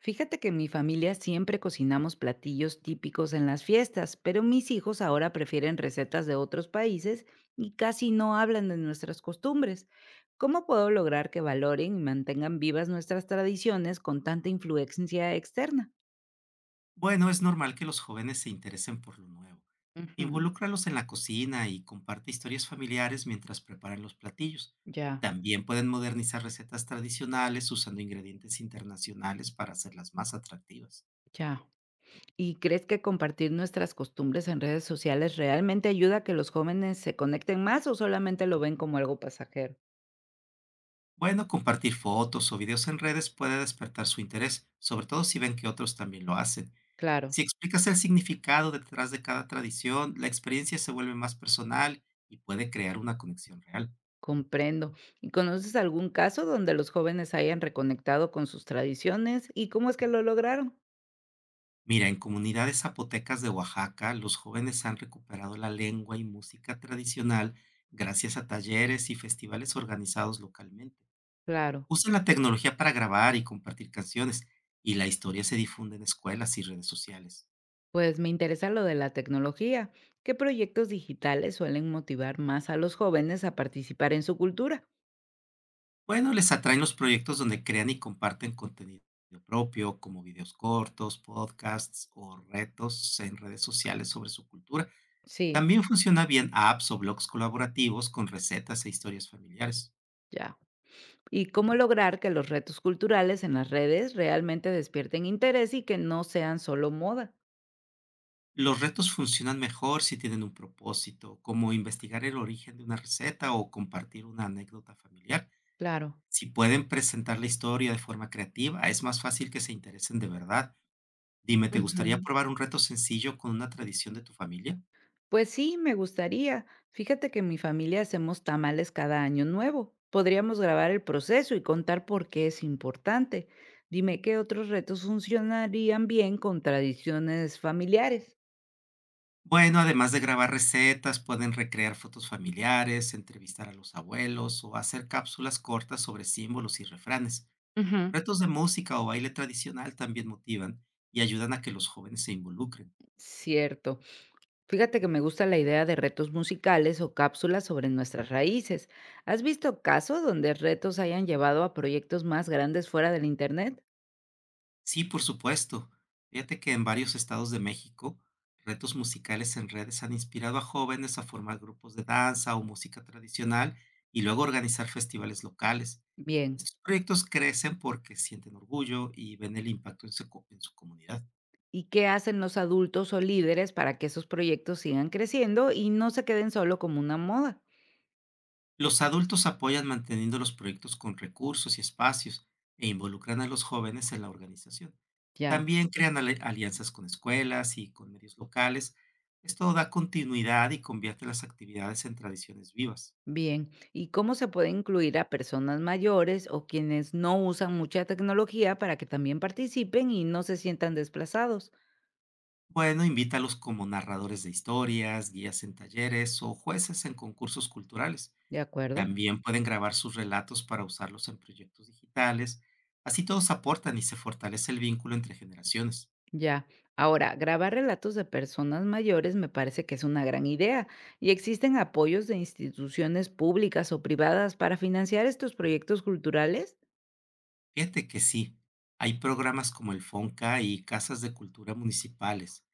Fíjate que en mi familia siempre cocinamos platillos típicos en las fiestas, pero mis hijos ahora prefieren recetas de otros países y casi no hablan de nuestras costumbres. ¿Cómo puedo lograr que valoren y mantengan vivas nuestras tradiciones con tanta influencia externa? Bueno, es normal que los jóvenes se interesen por lo nuevo. Ujú, Involúcralos en la cocina y comparte historias familiares mientras preparan los platillos. ya, También pueden modernizar recetas tradicionales usando ingredientes internacionales para hacerlas más atractivas. ya. ¿Y crees que compartir nuestras costumbres en redes sociales realmente ayuda a que los jóvenes se conecten más o solamente lo ven como algo pasajero? Bueno, compartir fotos o videos en redes puede despertar su interés, sobre todo si ven que otros también lo hacen. Claro. Si explicas el significado detrás de cada tradición, la experiencia se vuelve más personal y puede crear una conexión real. Comprendo. ¿Y conoces algún caso donde los jóvenes hayan reconectado con sus tradiciones y cómo es que lo lograron? Mira, en comunidades zapotecas de Oaxaca, los jóvenes han recuperado la lengua y música tradicional gracias a talleres y festivales organizados localmente. Claro, Usan la tecnología para grabar y compartir canciones, y la historia se difunde en escuelas y redes sociales. pues me interesa lo de la tecnología. ¿Qué proyectos digitales suelen motivar más a los jóvenes a participar en su cultura? Bueno, les atraen los proyectos donde crean y comparten contenido propio, como videos cortos, podcasts o retos en redes sociales sobre su cultura. Sí, También funciona bien apps o blogs colaborativos con recetas e historias familiares. ya. ¿Y cómo lograr que los retos culturales en las redes realmente despierten interés y que no sean solo moda? Los retos funcionan mejor si tienen un propósito, como investigar el origen de una receta o compartir una anécdota familiar. Claro. Si pueden presentar la historia de forma creativa, es más fácil que se interesen de verdad. Dime, ¿te gustaría Ujú. probar un reto sencillo con una tradición de tu familia? Pues sí, me gustaría. Fíjate que en mi familia hacemos tamales cada año nuevo. Podríamos grabar el proceso y contar por qué es importante. Dime qué otros retos funcionarían bien con tradiciones familiares. Bueno, además de grabar recetas, pueden recrear fotos familiares, entrevistar a los abuelos o hacer cápsulas cortas sobre símbolos y refranes. Ujú. Retos de música o baile tradicional también motivan y ayudan a que los jóvenes se involucren. Cierto. Fíjate que me gusta la idea de retos musicales o cápsulas sobre nuestras raíces. ¿Has visto casos donde retos hayan llevado a proyectos más grandes fuera del Internet? Sí, por supuesto. Fíjate que en varios estados de México, retos musicales en redes han inspirado a jóvenes a formar grupos de danza o música tradicional y luego organizar festivales locales. Bien. Estos proyectos crecen porque sienten orgullo y ven el impacto en su comunidad. ¿Y qué hacen los adultos o líderes para que esos proyectos sigan creciendo y no se queden solo como una moda? Los adultos apoyan manteniendo los proyectos con recursos y espacios e involucran a los jóvenes en la organización. Ya, También crean alianzas con escuelas y con medios locales. Esto da continuidad y convierte las actividades en tradiciones vivas. bien. ¿Y cómo se puede incluir a personas mayores o quienes no usan mucha tecnología para que también participen y no se sientan desplazados? Bueno, invítalos como narradores de historias, guías en talleres o jueces en concursos culturales. De acuerdo, También pueden grabar sus relatos para usarlos en proyectos digitales. Así todos aportan y se fortalece el vínculo entre generaciones. ya. Ahora, grabar relatos de personas mayores me parece que es una gran idea. ¿Y existen apoyos de instituciones públicas o privadas para financiar estos proyectos culturales? Fíjate que sí, hay programas como el Fonca y casas de cultura municipales,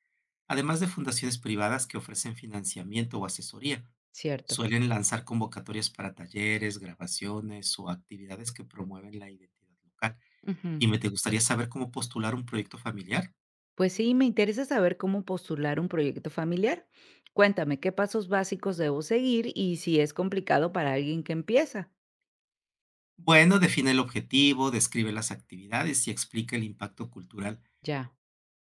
además de fundaciones privadas que ofrecen financiamiento o asesoría. Cierto. Suelen lanzar convocatorias para talleres, grabaciones o actividades que promueven la identidad local. Ujú. ¿Y me ¿te gustaría saber cómo postular un proyecto familiar? Pues sí, me interesa saber cómo postular un proyecto familiar. Cuéntame, ¿qué pasos básicos debo seguir y si es complicado para alguien que empieza? Bueno, define el objetivo, describe las actividades y explica el impacto cultural. Ya,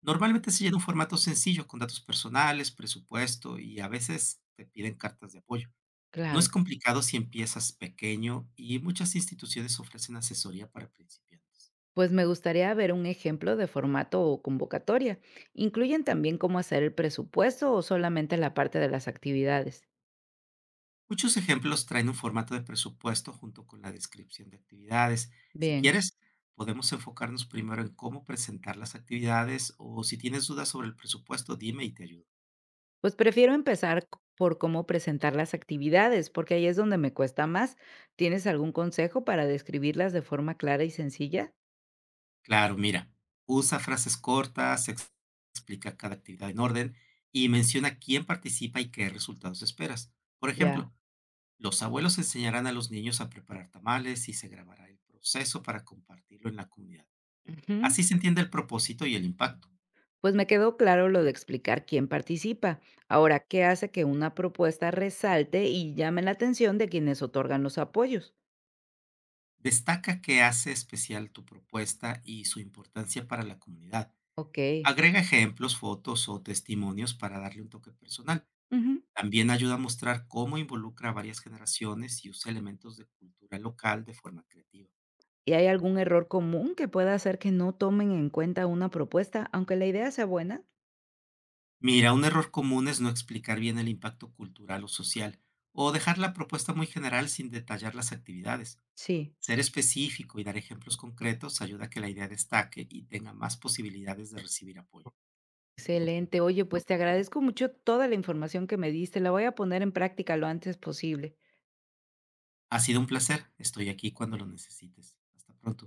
Normalmente se llena un formato sencillo con datos personales, presupuesto y a veces te piden cartas de apoyo. No es claro. complicado si empiezas pequeño y muchas instituciones ofrecen asesoría para principiantes. Pues me gustaría ver un ejemplo de formato o convocatoria. ¿Incluyen también cómo hacer el presupuesto o solamente la parte de las actividades? Muchos ejemplos traen un formato de presupuesto junto con la descripción de actividades. Si Bien, quieres, podemos enfocarnos primero en cómo presentar las actividades o si tienes dudas sobre el presupuesto, dime y te ayudo. pues prefiero empezar por cómo presentar las actividades, porque ahí es donde me cuesta más. ¿Tienes algún consejo para describirlas de forma clara y sencilla? Claro, mira, usa frases cortas, explica cada actividad en orden y menciona quién participa y qué resultados esperas. Por Ya. ejemplo, los abuelos enseñarán a los niños a preparar tamales y se grabará el proceso para compartirlo en la comunidad. Ujú. Así se entiende el propósito y el impacto. Pues me quedó claro lo de explicar quién participa. Ahora, ¿qué hace que una propuesta resalte y llame la atención de quienes otorgan los apoyos? Destaca qué hace especial tu propuesta y su importancia para la comunidad. Ok. Agrega ejemplos, fotos o testimonios para darle un toque personal. Ujú. También ayuda a mostrar cómo involucra a varias generaciones y usa elementos de cultura local de forma creativa. ¿Y hay algún error común que pueda hacer que no tomen en cuenta una propuesta, aunque la idea sea buena? Mira, un error común es no explicar bien el impacto cultural o social o dejar la propuesta muy general sin detallar las actividades. Sí. Ser específico y dar ejemplos concretos ayuda a que la idea destaque y tenga más posibilidades de recibir apoyo. Excelente. Oye, pues te agradezco mucho toda la información que me diste. La voy a poner en práctica lo antes posible. Ha sido un placer. Estoy aquí cuando lo necesites. Hasta pronto.